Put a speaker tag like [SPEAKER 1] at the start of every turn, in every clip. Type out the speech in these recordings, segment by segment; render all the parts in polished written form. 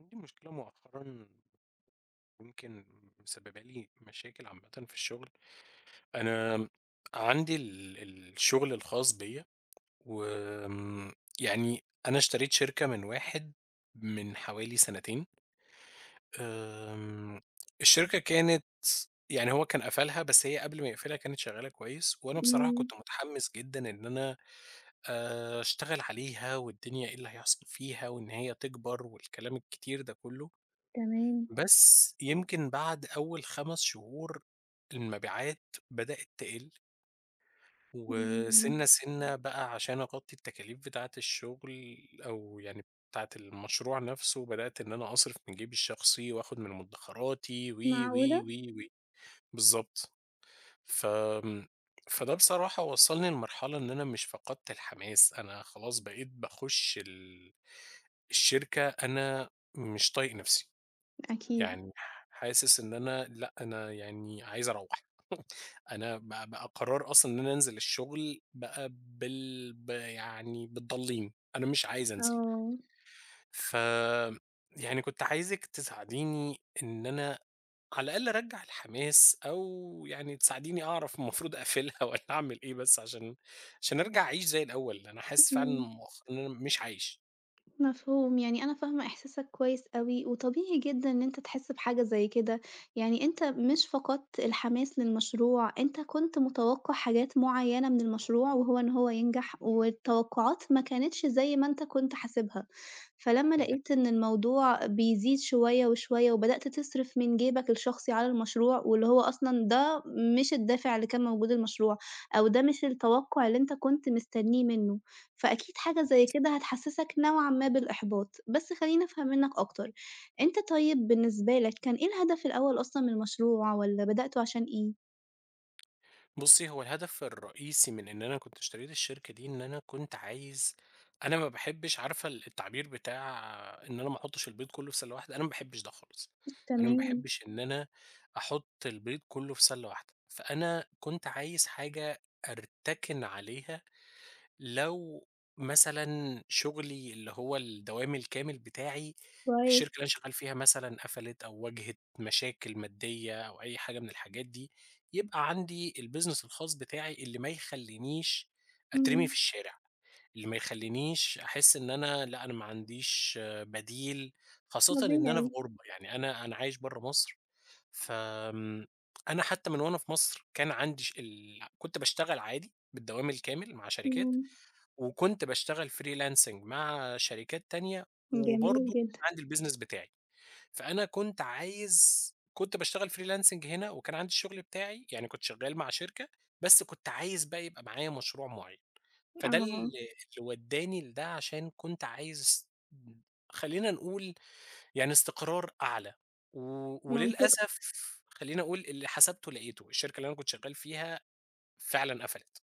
[SPEAKER 1] عندي مشكلة مؤخرًا يمكن مسببة لي مشاكل عامةً في الشغل، أنا عندي الشغل الخاص بيّا، وآمم يعني أنا اشتريت شركة من واحد من حوالي سنتين. آمم الشركة كانت يعني هو كان قفلها، بس هي قبل ما يقفلها كانت شغالة كويس، وأنا بصراحة
[SPEAKER 2] إمم.
[SPEAKER 1] كنت متحمس جدًا إن أنا أشتغل عليها والدنيا إيه اللي هيحصل فيها وإن هي تكبر والكلام الكتير ده كله.
[SPEAKER 2] تمام.
[SPEAKER 1] بس يمكن بعد أول 5 شهور المبيعات بدأت تقِل،
[SPEAKER 2] إمم،
[SPEAKER 1] وسِنّة، سِنّة بقى عشان أغطّي التكاليف بتاعة الشغل أو يعني بتاعة المشروع نَفْسه، بدأت إن أنا أصرف من جيبي الشخصي وآخُد من مدّخراتي و، و،
[SPEAKER 2] معقولة؟
[SPEAKER 1] و، و. بالضبط. ف فده بصراحة وصّلني لمرحلة إن أنا مش فقدت الحماس، أنا خلاص بقيت باخُش الشركة. أنا مش طايق نَفْسي.
[SPEAKER 2] أكيد.
[SPEAKER 1] يعني حاسس إن أنا لأ، أنا يعني عايز أروّح. أنا بقى قرار أصلًا إن أنا أنزل الشغل بقى بال ب يعني بالضليم، أنا مش عايز أنزل.
[SPEAKER 2] آه،
[SPEAKER 1] ف يعني كنت عايزِك تساعديني إن أنا على الأقل أرجّع الحماس، أو يعني تساعديني أعرف المفروض أقفلها والّا أعمل إيه، بس عشان أرجع أعيش زي الأول. أنا حاسس فعلًا
[SPEAKER 2] إمم.
[SPEAKER 1] مؤخرًا إن أنا مش عايش.
[SPEAKER 2] مفهوم، يعني أنا فاهمة إحساسك كويس أوي، وطبيعي جدًا إن أنت تحس بحاجة زي كده، يعني أنت مش فقدت الحماس للمشروع، أنت كنت متوقع حاجات معيّنة من المشروع وهو إن هو ينجح، والتوقعات ما كانتش زي ما أنت كنت حاسبها، فلمّا لقيت إن الموضوع بيزيد شوية، وشوية، وبدأت تصرف من جيبك الشخصي على المشروع، واللي هو أصلًا ده مش الدافع اللي كان موجود المشروع، أو ده مش التوقع اللي أنت كنت مستنيه منه. فأكيد حاجة زي كده هتحسسك نوعًا ما بالإحباط، بس خلّيني أفهم منك أكتر، أنت طيب بالنسبة لك كان إيه الهدف الأول أصلًا من المشروع والّا بدأته عشان إيه؟
[SPEAKER 1] بُصّي، هو الهدف الرئيسي من إن أنا كنت اشتريت الشركة دي، إن أنا كنت عايز، أنا ما باحبش عارفة التعبير بتاع إن أنا ما أحطش البيض كلّه في سلة واحدة. أنا ما باحبش ده خالص. أنا ما
[SPEAKER 2] تمام،
[SPEAKER 1] باحبش إن أنا أحط البيض كلّه في سلة واحدة، فأنا كنت عايز حاجة أرتكن عليها لو مثلًا شغلي اللي هو الدوام الكامل بتاعي،
[SPEAKER 2] كويس،
[SPEAKER 1] الشركة اللي أنا شغال فيها مثلًا قفلت أو واجهت مشاكل مادية أو أي حاجة من الحاجات دي، يبقى عندي الbusiness الخاص بتاعي اللي ما يخلّينيش أترمي
[SPEAKER 2] إمم،
[SPEAKER 1] في الشارع، اللي ما يخلّينيش أحس إن أنا لأ، أنا ما عنديش، آه، بديل، خاصةً إن أنا في
[SPEAKER 2] طبيعي،
[SPEAKER 1] غُربة. يعني أنا عايش برّه مصر. فآمم، أنا حتى من وأنا في مصر كان عندي ش ال كنت باشتغل عادي بالدوام الكامل مع شركات،
[SPEAKER 2] إمم،
[SPEAKER 1] وكنت باشتغل freelancing مع شركات تانية،
[SPEAKER 2] جميل
[SPEAKER 1] وبرضه كان
[SPEAKER 2] جدًا،
[SPEAKER 1] عندي الbusiness بتاعي. فأنا كنت عايز، كنت باشتغل freelancing هنا، وكان عندي الشغل بتاعي، يعني كنت شغال مع شركة، بس كنت عايز بقى يبقى معايا مشروع معين. فده ال
[SPEAKER 2] آه،
[SPEAKER 1] اللي ودّاني لده، عشان كنت عايز، خلّينا نقول، يعني استقرار أعلى، و
[SPEAKER 2] منطقي.
[SPEAKER 1] وللأسف خلّيني أقول اللي حسبته لقيته، الشركة اللي أنا كنت شغال فيها فعلًا قفلت.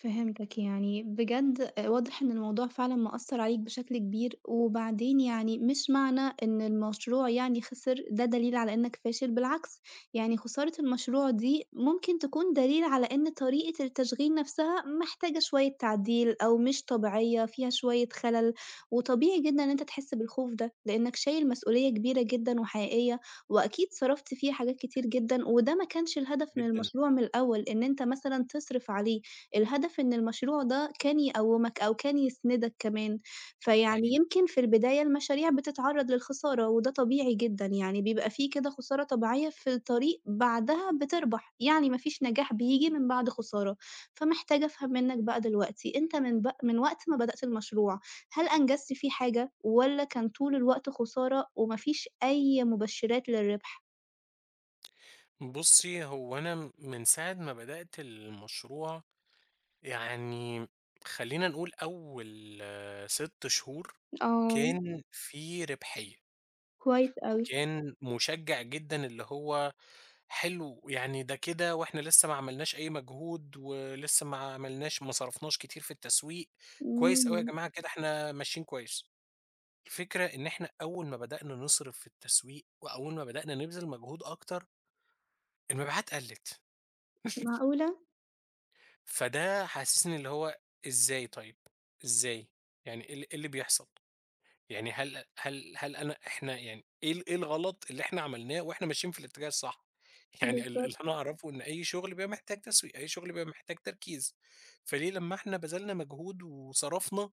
[SPEAKER 2] فهمتك، يعني بجد آه، واضح إن الموضوع فعلًا مأثّر عليك بشكل كبير، وبعدين يعني مش معنى إن المشروع يعني خسر ده دليل على إنك فاشل، بالعكس يعني خسارة المشروع دي ممكن تكون دليل على إن طريقة التشغيل نفْسها محتاجة شوية تعديل أو مش طبيعية، فيها شوية خلل، وطبيعي جدًا إن أنت تحس بالخوف ده، لإنك شايل مسؤولية كبيرة جدًا وحقيقية، وأكيد صرفت فيه حاجات كتير جدًا، وده ما كانش الهدف من
[SPEAKER 1] جدًا.
[SPEAKER 2] المشروع من الأول إن أنت مثلًا تصرف عليه، الهدف إن المشروع ده كان يقوّمك أو كان يسندك كمان، فيعني
[SPEAKER 1] حقيقي.
[SPEAKER 2] يمكن في البداية المشاريع بتتعرّض للخسارة وده طبيعي جدًا، يعني بيبقى في كده خسارة طبيعية في الطريق بعدها بتربح، يعني ما فيش نجاح بييجي من بعد خسارة، فمحتاجة أفهم منّك بقى دلوقتي أنت من وقت ما بدأت المشروع، هل أنجزت فيه حاجة والّا كان طول الوقت خسارة وما فيش أي مبشرات للربح؟
[SPEAKER 1] بُصّي، هو أنا من ساعة ما بدأت المشروع، يعني خلّينا نقول أول 6 شهور
[SPEAKER 2] آه،
[SPEAKER 1] كان في ربحية،
[SPEAKER 2] كويس أوي،
[SPEAKER 1] وكان مُشجّع جدًا اللي هو حلو. يعني ده كده وإحنا لسه ما عملناش أي مجهود، ولسه ما صرفناش كتير في التسويق. كويس أوي يا
[SPEAKER 2] إمم،
[SPEAKER 1] جماعة، كده إحنا ماشيين كويس. الفكرة إن إحنا أول ما بدأنا نصرف في التسويق، وأول ما بدأنا نبذل مجهود أكتر، المبيعات قَلّت.
[SPEAKER 2] معقولة!
[SPEAKER 1] فده حسسني اللي هو إزاي؟ طيب إزاي؟ يعني إيه اللي بيحصل؟ يعني هل هل هل أنا إحنا يعني إيه الغلط اللي إحنا عملناه، وإحنا ماشيين في الاتجاه الصح؟ يعني ال
[SPEAKER 2] بالضبط،
[SPEAKER 1] اللي أنا أعرفه إن أي شغل بيبقى محتاج تسويق، أي شغل بيبقى محتاج تركيز، فليه لمّا إحنا بذلنا مجهود وصرفنا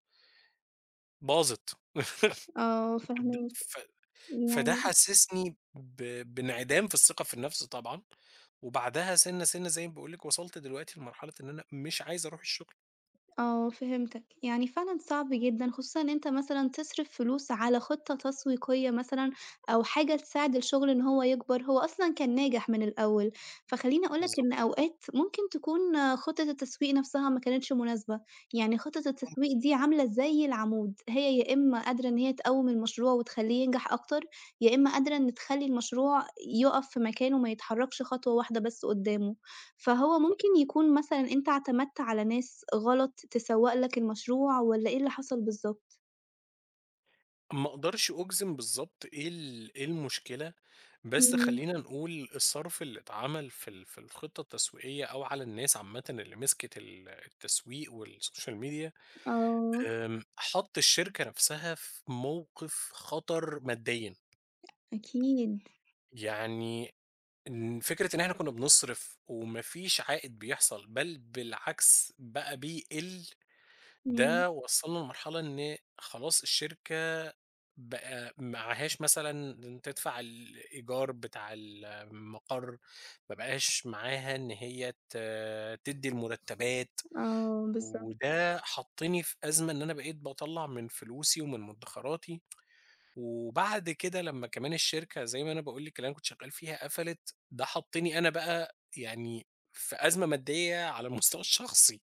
[SPEAKER 1] باظت؟
[SPEAKER 2] آه،
[SPEAKER 1] د
[SPEAKER 2] فاهماك.
[SPEAKER 1] ف فده
[SPEAKER 2] يعني
[SPEAKER 1] حسسني بانعدام في الثقة في النفس طبعًا. وبعدها سِنّة، سِنّة، زي ما باقول لك، وصلت دلوقتي لمرحلة إن أنا مش عايز أروح الشغل.
[SPEAKER 2] آه، فهمتك، يعني فعلًا صعب جدًا خصوصًا إن أنت مثلًا تصرف فلوس على خطة تسويقية مثلًا أو حاجة تساعد الشغل إن هو يكبر، هو أصلًا كان ناجح من الأول، فخلّيني أقول لك
[SPEAKER 1] بالضبط.
[SPEAKER 2] إن أوقات ممكن تكون آه، خطة التسويق نفسها ما كانتش مناسبة، يعني خطة
[SPEAKER 1] ممكن.
[SPEAKER 2] التسويق دي عاملة زي العمود، هي يا إما قادرة إن هي تقوّم المشروع وتخلّيه ينجح أكتر، يا إما قادرة إن تخلّي المشروع يُقف في مكانه ما يتحركش خطوة واحدة بس قدّامه. فهو
[SPEAKER 1] صح.
[SPEAKER 2] ممكن يكون مثلًا أنت اعتمدت على ناس غلط تسوّق لك المشروع والّا إيه اللي حصل بالضبط؟
[SPEAKER 1] ما اقدرش اجزم بالظبط إيه المشكله، بس
[SPEAKER 2] إمم،
[SPEAKER 1] خلينا نقول الصرف اللي اتعمل في الخطه التسويقيه، او على الناس عامه اللي مسكت التسويق والسوشيال ميديا،
[SPEAKER 2] آه،
[SPEAKER 1] حط الشركه نفسها في موقف خطر ماديا.
[SPEAKER 2] أكيد.
[SPEAKER 1] يعني إن فكره ان احنا كنا بنصرف ومفيش عائد بيحصل، بل بالعكس بقى بيقل،
[SPEAKER 2] إمم.
[SPEAKER 1] ده وصلنا لمرحله ان خلاص الشركه بقى معاهاش مثلًا تدفع الإيجار بتاع المقر، ما بقاش معاها إن هي تدّي المرتبات.
[SPEAKER 2] إمم، آه، بالضبط،
[SPEAKER 1] وده حطّني في أزمة، إن أنا بقيت باطلّع من فلوسي ومن مدخراتي، وبعد كده لمّا كمان الشركة، زي ما أنا باقول لِك، اللي أنا كنت شغّال فيها قفلت، ده حطّني أنا بقى يعني في أزمة مادية على المستوى الشخصي.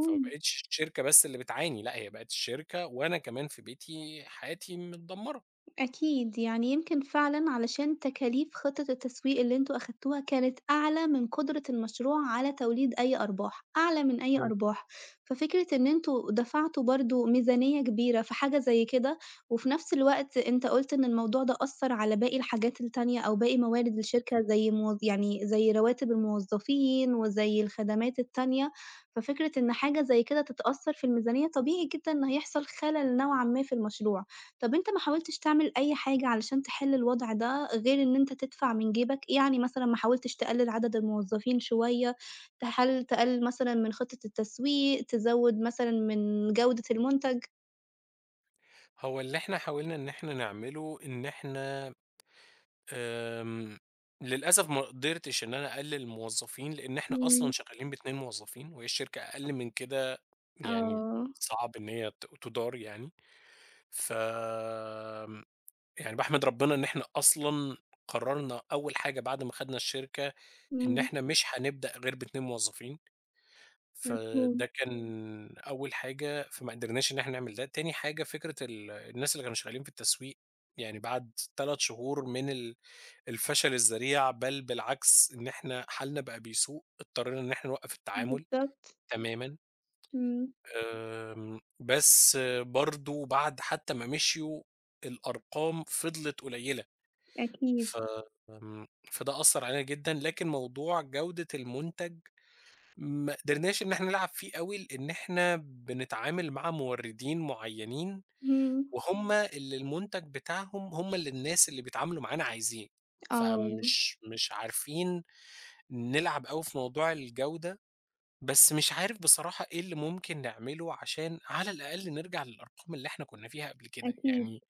[SPEAKER 1] فما بقتش الشركة بس اللي بتعاني، لأ، هي بقت الشركة وأنا كمان في بيتي حياتي متدمّرة.
[SPEAKER 2] أكيد، يعني يمكن فعلًا علشان تكاليف خطة التسويق اللي أنتم أخدتوها كانت أعلى من قدرة المشروع على توليد أي أرباح، أعلى من أي أرباح، ففكرة إن أنتم دفعتوا برضه ميزانية كبيرة في حاجة زي كده، وفي نفس الوقت أنت قُلت إن الموضوع ده أثّر على باقي الحاجات التانية أو باقي موارد الشركة زي يعني زي رواتب الموظفين وزي الخدمات التانية، ففكرة إن حاجة زي كده تتأثّر في الميزانية طبيعي جدًا إن هيحصل خلل نوعًا ما في المشروع. طب أنت ما حاولتش تعمل أي حاجة علشان تحل الوضع ده، غير إن أنت تدفع من جيبك؟ يعني مثلًا ما حاولتش تقلل عدد الموظفين شوية، تقلل مثلًا من خطة التسويق، تزود مثلًا من جودة المنتج؟
[SPEAKER 1] هو اللي إحنا حاولنا إن إحنا نعمله إن إحنا، آمم، للأسف ما قدرتش إن أنا أقلل موظفين، لإن إحنا أصلًا
[SPEAKER 2] إمم،
[SPEAKER 1] شغالين ب2 موظفين، وهي الشركة أقل من كده يعني
[SPEAKER 2] آه،
[SPEAKER 1] صعب إن هي تُدار يعني. ف يعني باحمد ربنا إن إحنا أصلًا قررنا أول حاجة بعد ما خدنا الشركة، إن
[SPEAKER 2] إمم،
[SPEAKER 1] إحنا مش هنبدأ غير ب2 موظفين. فده
[SPEAKER 2] مفهوم،
[SPEAKER 1] كان أول حاجة، فما قدرناش إن إحنا نعمل ده. تاني حاجة، فكرة الناس اللي كانوا شغالين في التسويق، يعني بعد 3 شهور من الفشل الذريع، بل بالعكس إن إحنا حالنا بقى بيسوء، اضطرينا إن إحنا نوقّف التعامل
[SPEAKER 2] بالضبط،
[SPEAKER 1] تمامًا.
[SPEAKER 2] إمم،
[SPEAKER 1] بس برضه بعد حتى ما مشيوا الأرقام فضلت قليلة.
[SPEAKER 2] أكيد،
[SPEAKER 1] ف فده أثّر علينا جدًا، لكن موضوع جودة المنتج ما قدرناش إن إحنا نلعب فيه أوي، لإن إحنا بنتعامل مع موردين معيّنين،
[SPEAKER 2] إمم،
[SPEAKER 1] وهُم اللي المنتج بتاعهم، هُم اللي الناس اللي بيتعاملوا معانا عايزين،
[SPEAKER 2] آه،
[SPEAKER 1] فمش مش عارفين نلعب أوي في موضوع الجودة. بس مش عارف بصراحة إيه اللي ممكن نعمله، عشان على الأقل نرجع للأرقام اللي إحنا كنا فيها قبل كده.
[SPEAKER 2] أكيد،
[SPEAKER 1] يعني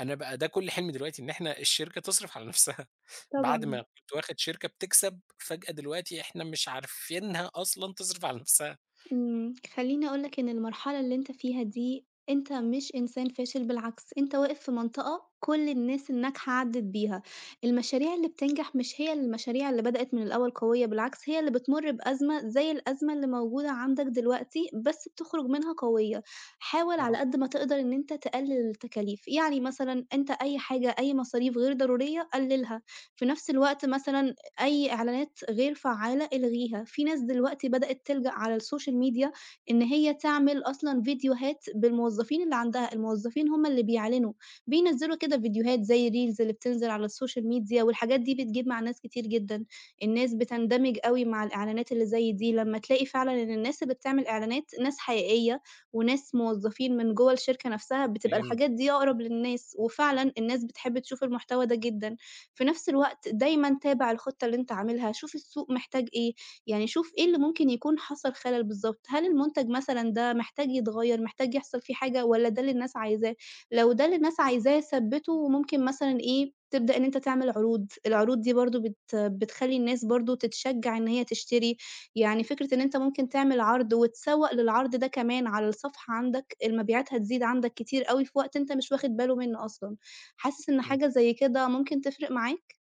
[SPEAKER 1] أنا بقى ده كل حلمي دلوقتي إن إحنا الشركة تصرف على نفسها، بعد ما
[SPEAKER 2] طبعًا.
[SPEAKER 1] كنت واخد شركة بتكسب، فجأة دلوقتي إحنا مش عارفينها أصلًا تصرف على نفسها.
[SPEAKER 2] إمم، خلّيني أقول لك إن المرحلة اللي أنت فيها دي، أنت مش إنسان فاشل بالعكس، أنت واقف في منطقة كل الناس الناجحة عدِّت بيها، المشاريع اللي بتنجح مش هي المشاريع اللي بدأت من الأول قوية، بالعكس هي اللي بتمُر بأزمة زي الأزمة اللي موجودة عندك دلوقتي، بس بتخرج منها قوية، حاول
[SPEAKER 1] يا
[SPEAKER 2] على
[SPEAKER 1] رب.
[SPEAKER 2] قد ما تقدر إن أنت تقلِّل التكاليف، يعني مثلًا أنت أي حاجة أي مصاريف غير ضرورية قلِّلها، في نفس الوقت مثلًا أي إعلانات غير فعّالة الغيها، في ناس دلوقتي بدأت تلجأ على الSocial media إن هي تعمل أصلًا فيديوهات بالموظفين اللي عندها، الموظفين هم اللي بيعلنوا، بينزّلوا كده فيديوهات زي الreels اللي بتنزل على الSocial media والحاجات دي بتجيب مع ناس كتير جدًا، الناس بتندمج أوي مع الإعلانات اللي زي دي، لمّا تلاقي فعلًا إن الناس اللي بتعمل إعلانات ناس حقيقية وناس موظفين من جوّه الشركة نفسها، بتبقى
[SPEAKER 1] فهمت.
[SPEAKER 2] الحاجات دي أقرب للناس، وفعلًا الناس بتحب تشوف المحتوى ده جدًا. في نفس الوقت دايمًا تابع الخطة اللي أنت عاملها، شوف السوق محتاج إيه، يعني شوف إيه اللي ممكن يكون حصل خلل بالضبط، هل المنتج مثلًا ده محتاج يتغيّر، محتاج يحصل فيه حاجة والّا ده اللي الناس عايزاه؟ لو ده اللي الناس عايزاه ثبّته وممكن مثلًا إيه، تبدأ إن أنت تعمل عروض، العروض دي برضه بتخلّي الناس برضه تتشجّع إن هي تشتري، يعني فكرة إن أنت ممكن تعمل عرض وتسوّق للعرض ده كمان على الصفحة عندك، المبيعات هتزيد عندك كتير أوي في وقت أنت مش واخد باله منّه أصلًا، حاسس إن
[SPEAKER 1] امم،
[SPEAKER 2] حاجة زي كده ممكن تفرق معاك؟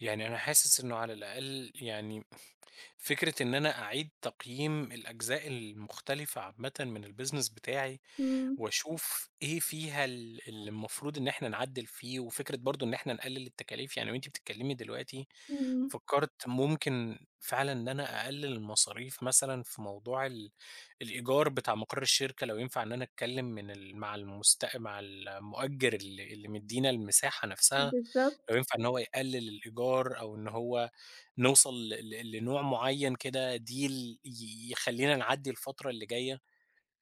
[SPEAKER 1] يعني أنا حاسس إنه على الأقل، يعني، فكرة إن أنا أعيد تقييم الأجزاء المختلفة عامةً من الbusiness بتاعي،
[SPEAKER 2] إمم،
[SPEAKER 1] واشوف إيه فيها اللي المفروض إن إحنا نعدّل فيه، وفكرة برضه إن إحنا نقلل التكاليف. يعني وأنتِ بتتكلمي دلوقتي
[SPEAKER 2] إمم،
[SPEAKER 1] فكرت ممكن فعلًا إن أنا أقلل المصاريف، مثلًا في موضوع الإيجار بتاع مقر الشركة، لو ينفع إن أنا أتكلم من ال مع المست مع المؤجر اللي مدّينا المساحة نفسها، لو
[SPEAKER 2] بالضبط،
[SPEAKER 1] ينفع إن هو يقلل الإيجار، أو إن هو نوصل ل ل لنوع معين كده deal يخلّينا نعدّي الفترة اللي جاية.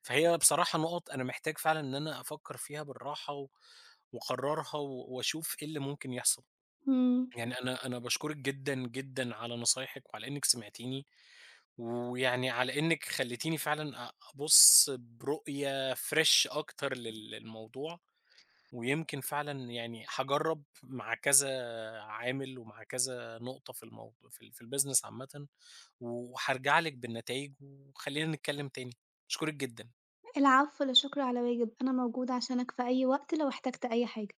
[SPEAKER 1] فهي بصراحة نقط أنا محتاج فعلًا إن أنا أفكّر فيها بالراحة، وأقرّرها، وأشوف إيه اللي ممكن يحصل.
[SPEAKER 2] إمم،
[SPEAKER 1] يعني أنا باشكرِك جدًا، جدًا، على نصايحِك وعلى إنِّك سمعتيني، ويعني على إنِّك خلّيتيني فعلًا أبُص برؤية fresh أكتر للموضوع، ويمكن فعلًا يعني هاجرّب مع كذا عامل ومع كذا نقطة في الموض في ال في الbusiness عامةً، وهارجع لِك بالنتايج، وخلّينا نتكلّم تاني. باشكرِك جدًا.
[SPEAKER 2] العفو لا شكر على واجب، أنا موجودة عشانك في أي وقت لو احتجت أي حاجة.